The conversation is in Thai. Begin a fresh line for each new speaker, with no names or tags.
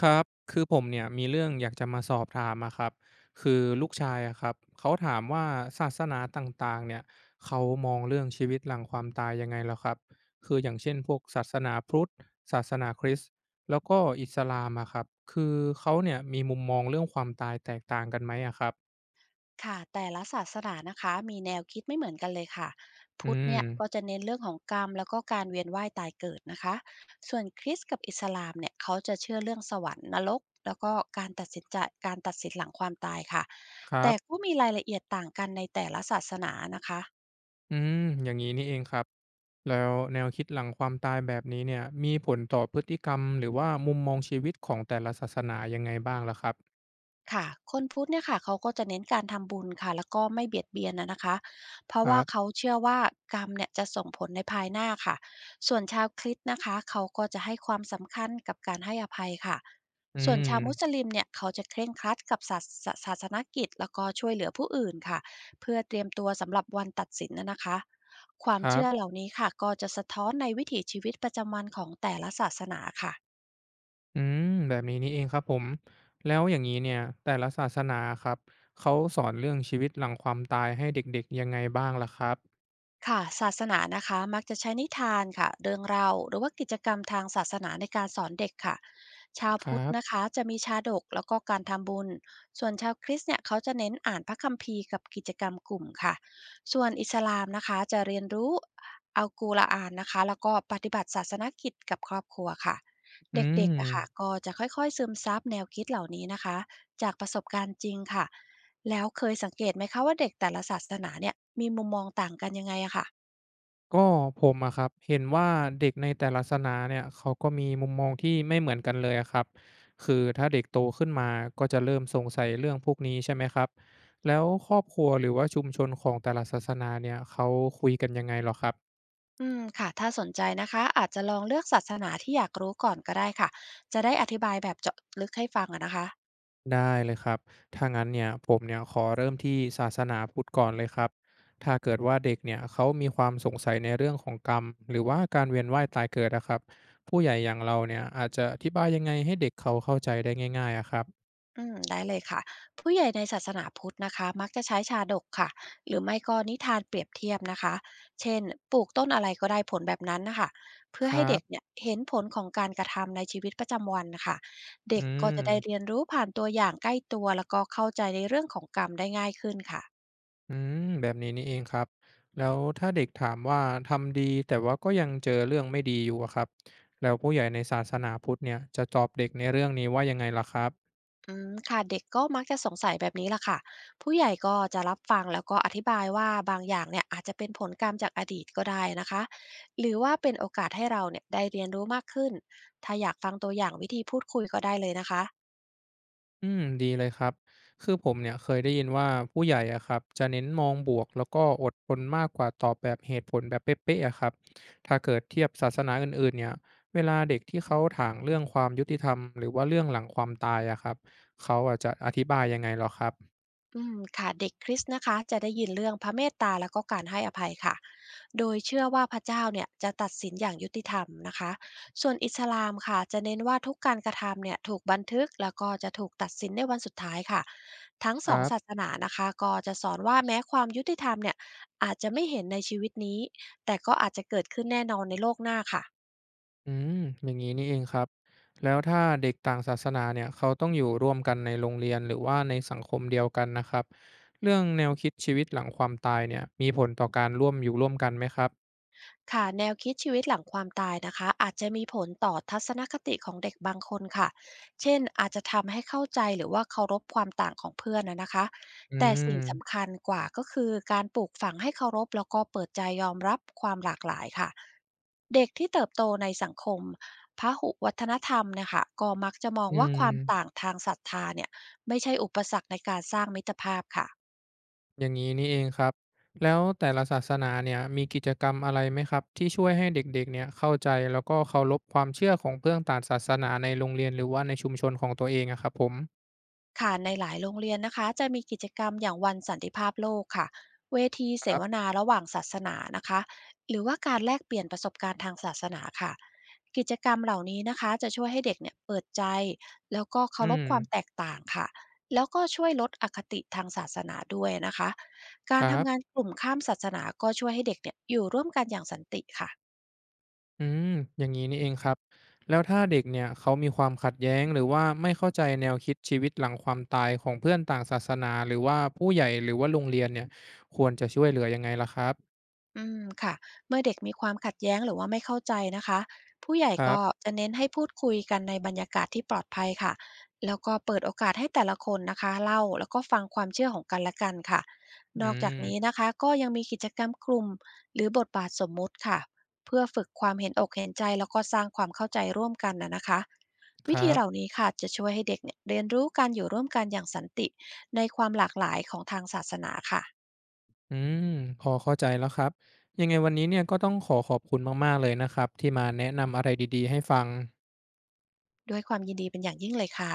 ครับคือผมเนี่ยมีเรื่องอยากจะมาสอบถามอะครับคือลูกชายอะครับเขาถามว่าศาสนาต่างๆเนี่ยเขามองเรื่องชีวิตหลังความตายยังไงแล้วครับคืออย่างเช่นพวกศาสนาพุทธศาสนาคริสต์แล้วก็อิสลามอะครับคือเขาเนี่ยมีมุมมองเรื่องความตายแตกต่างกันไหมอะครับ
ค่ะแต่ละศาสนานะคะมีแนวคิดไม่เหมือนกันเลยค่ะ
อื
พุทธเนี่
ม
ยก็จะเน้นเรื่องของกรรมแล้วก็การเวียนว่ายตายเกิดนะคะส่วนคริสต์กับอิสลามเนี่ยเขาจะเชื่อเรื่องสวรรค์นรกแล้วก็การตัดสินใจการตัดสินหลังความตายค่ะ
ครั
แต่
บ
ก็มีรายละเอียดต่างกันในแต่ละศาสนานะคะ
อืมอย่างนี้นี่เองครับแล้วแนวคิดหลังความตายแบบนี้เนี่ยมีผลต่อพฤติกรรมหรือว่ามุมมองชีวิตของแต่ละศาสนายังไงบ้างล่ะครับ
ค่ะ คนพุทธเนี่ยค่ะเขาก็จะเน้นการทำบุญค่ะแล้วก็ไม่เบียดเบียนนะคะเพ
ค
ราะ
รั
ว่าเขา
บ
เชื่อว่ากรรมเนี่ยจะส่งผลในภายหน้าค่ะส่วนชาวคริสต์นะคะเขาก็จะให้ความสำคัญกับการให้อภัยค่ะ
อื
ส่วน
ม
ชาวมุสลิมเนี่ยเขาจะเคร่งครัดกับศาสนกิจแล้วก็ช่วยเหลือผู้อื่นค่ะเพื่อเตรียมตัวสำหรับวันตัดสินนะคะควา
ค
ม
รับ
เชื่อเหล่านี้ค่ะก็จะสะท้อนในวิถีชีวิตประจำวันของแต่ละศาสนาค่ะ
อืมแบบนี้นี่เองครับผม แล้วอย่างนี้เนี่ยแต่ละศาสนาครับเขาสอนเรื่องชีวิตหลังความตายให้เด็กๆยังไงบ้างล่ะครับ
ค่ะศาสนานะคะมักจะใช้นิทานค่ะเรื่องเล่าหรือว่ากิจกรรมทางศาสนาในการสอนเด็กค่ะชาว
ครั
พุทธนะ
บ
คะจะมีชาดกแล้วก็การทำบุญส่วนชาวคริสต์เนี่ยเขาจะเน้นอ่านพระคัมภีร์กับกิจกรรมกลุ่มค่ะส่วนอิสลามนะคะจะเรียนรู้อัลกุรอานนะคะแล้วก็ปฏิบัติศาสนกิจกับครอบครัวค่ะ
อื
เด็ก
ม
ๆนะคะก็จะค่อยๆซึมซับแนวคิดเหล่านี้นะคะจากประสบการณ์จริงค่ะ แล้วเคยสังเกตไหมคะว่าเด็กแต่ละศาสนาเนี่ยมีมุมมองต่างกันยังไงอะค่ะ
ก็ผมอะครับเห็นว่าเด็กในแต่ละศาสนาเนี่ยเขาก็มีมุมมองที่ไม่เหมือนกันเลยอะครับ คือถ้าเด็กโตขึ้นมาก็จะเริ่มสงสัยเรื่องพวกนี้ใช่ไหมครับ แล้วครอบครัวหรือว่าชุมชนของแต่ละศาสนาเนี่ยเขาคุยกันยังไงเหรอครับ
อืมค่ะถ้าสนใจนะคะอาจจะลองเลือกศาสนาที่อยากรู้ก่อนก็ได้ค่ะจะได้อธิบายแบบเจาะลึกให้ฟังอะนะคะ
ได้เลยครับ ถ้างั้นเนี่ยผมเนี่ยขอเริ่มที่ศาสนาพุทธก่อนเลยครับถ้าเกิดว่าเด็กเนี่ยเขามีความสงสัยในเรื่องของกรรมหรือว่าการเวียนว่ายตายเกิดนะครับผู้ใหญ่อย่างเราเนี่ยอาจจะอธิบายยังไงให้เด็กเขาเข้าใจได้ง่ายๆอะครับ
อืมได้เลยค่ะผู้ใหญ่ในศาสนาพุทธนะคะมักจะใช้ชาดกค่ะหรือไม่ก็นิทานเปรียบเทียบนะคะเช่นปลูกต้นอะไรก็ได้ผลแบบนั้นนะคะเพื่
ค
อ
รั
ให้เด็กเนี่ย
บ
เห็นผลของการกระทำในชีวิตประจำวันนะคะ
อื
เด็กก็
ม
จะได้เรียนรู้ผ่านตัวอย่างใกล้ตัวแล้วก็เข้าใจในเรื่องของกรรมได้ง่ายขึ้นค่ะ
อืมแบบนี้นี่เองครับแล้วถ้าเด็กถามว่าทำดีแต่ว่าก็ยังเจอเรื่องไม่ดีอยู่อะครับแล้วผู้ใหญ่ในศาสนาพุทธเนี่ยจะตอบเด็กในเรื่องนี้ว่ายังไงล่ะครับ
อืมค่ะเด็กก็มักจะสงสัยแบบนี้ล่ะค่ะผู้ใหญ่ก็จะรับฟังแล้วก็อธิบายว่าบางอย่างเนี่ยอาจจะเป็นผลกรรมจากอดีตก็ได้นะคะหรือว่าเป็นโอกาสให้เราเนี่ยได้เรียนรู้มากขึ้นถ้าอยากฟังตัวอย่างวิธีพูดคุยก็ได้เลยนะคะ
อืมดีเลยครับคือผมเนี่ยเคยได้ยินว่าผู้ใหญ่อะครับจะเน้นมองบวกแล้วก็อดทนมากกว่าตอบแบบเหตุผลแบบเป๊ะๆอะครับถ้าเกิดเทียบศาสนาอื่นๆเนี่ยเวลาเด็กที่เขาถางเรื่องความยุติธรรมหรือว่าเรื่องหลังความตายอะครับเขาอาจจะอธิบายยังไงหรอครับ
อืมค่ะเด็กคริสต์นะคะจะได้ยินเรื่องพระเมตตาแล้วก็การให้อภัยค่ะโดยเชื่อว่าพระเจ้าเนี่ยจะตัดสินอย่างยุติธรรมนะคะส่วนอิสลามค่ะจะเน้นว่าทุกการกระทำเนี่ยถูกบันทึกแล้วก็จะถูกตัดสินในวันสุดท้ายค่ะทั้ง
ค
สอง
รับ
ศาสนานะคะก็จะสอนว่าแม้ความยุติธรรมเนี่ยอาจจะไม่เห็นในชีวิตนี้แต่ก็อาจจะเกิดขึ้นแน่นอนในโลกหน้าค่ะ
อืมอย่างนี้นี่เองครับแล้วถ้าเด็กต่างศาสนาเนี่ยเขาต้องอยู่ร่วมกันในโรงเรียนหรือว่าในสังคมเดียวกันนะครับเรื่องแนวคิดชีวิตหลังความตายเนี่ยมีผลต่อการร่วมอยู่ร่วมกันไหมครับ
ค่ะแนวคิดชีวิตหลังความตายนะคะอาจจะมีผลต่อทัศนคติของเด็กบางคนค่ะเช่นอาจจะทำให้เข้าใจหรือว่าเคารพความต่างของเพื่อนนะคะ
อื
แต่สิ่งสำ
ม
คัญกว่าก็คือการปลูกฝังให้เคารพแล้วก็เปิดใจยอมรับความหลากหลายค่ะเด็กที่เติบโตในสังคมพหุวัฒนธรรมเนะคะก็มักจะมอง
อื
ว่าความต่า
ม
งทางศรัทธาเนี่ยไม่ใช่อุปสรรคในการสร้างมิตรภาพค่ะ
อย่างนี้นี่เองครับ แล้วแต่ละศาสนาเนี่ยมีกิจกรรมอะไรไหมครับที่ช่วยให้เด็กๆเนี่ยเข้าใจแล้วก็เคารพความเชื่อของเพื่อนต่างศาสนาในโรงเรียนหรือว่าในชุมชนของตัวเองอะครับผม
ค่ะในหลายโรงเรียนนะคะจะมีกิจกรรมอย่างวันสันติภาพโลกค่ะเวที
ค
เส
รั
ว
บ
นาระหว่างศาสนานะคะหรือว่าการแลกเปลี่ยนประสบการณ์ทางศาสนาค่ะกิจกรรมเหล่านี้นะคะจะช่วยให้เด็กเนี่ยเปิดใจแล้วก็
อื
เคาร
ม
พความแตกต่างค่ะแล้วก็ช่วยลดอคติทางศาสนาด้วยนะคะกา
ค
ร
รับ
ทำงานกลุ่มข้ามศาสนาก็ช่วยให้เด็กเนี่ยอยู่ร่วมกันอย่างสันติค่ะ
อืมอย่างนี้นี่เองครับแล้วถ้าเด็กเนี่ยเขามีความขัดแย้งหรือว่าไม่เข้าใจแนวคิดชีวิตหลังความตายของเพื่อนต่างศาสนาหรือว่าผู้ใหญ่หรือว่าโรงเรียนเนี่ยควรจะช่วยเหลือยังไงล่ะครับ
อืมค่ะเมื่อเด็กมีความขัดแย้งหรือว่าไม่เข้าใจนะคะผู้ใหญ่
ครั
ก็
บ
จะเน้นให้พูดคุยกันในบรรยากาศที่ปลอดภัยค่ะแล้วก็เปิดโอกาสให้แต่ละคนนะคะเล่าแล้วก็ฟังความเชื่อของกันและกันค่ะ
อื
นอกจาก
ม
นี้นะคะก็ยังมีกิจกรรมกลุ่มหรือบทบาทสมมุติค่ะเพื่อฝึกความเห็นอกเห็นใจแล้วก็สร้างความเข้าใจร่วมกันนะคะ
ค
วิ
รั
ธีเหล่า
บ
นี้ค่ะจะช่วยให้เด็กเนี่ยเรียนรู้การอยู่ร่วมกันอย่างสันติในความหลากหลายของทางศาสนาค่ะ
อืมพอเข้าใจแล้วครับยังไงวันนี้เนี่ยก็ต้องขอขอบคุณมากๆเลยนะครับที่มาแนะนำอะไรดีๆให้ฟัง
ด้วยความยินดีเป็นอย่างยิ่งเลยค่ะ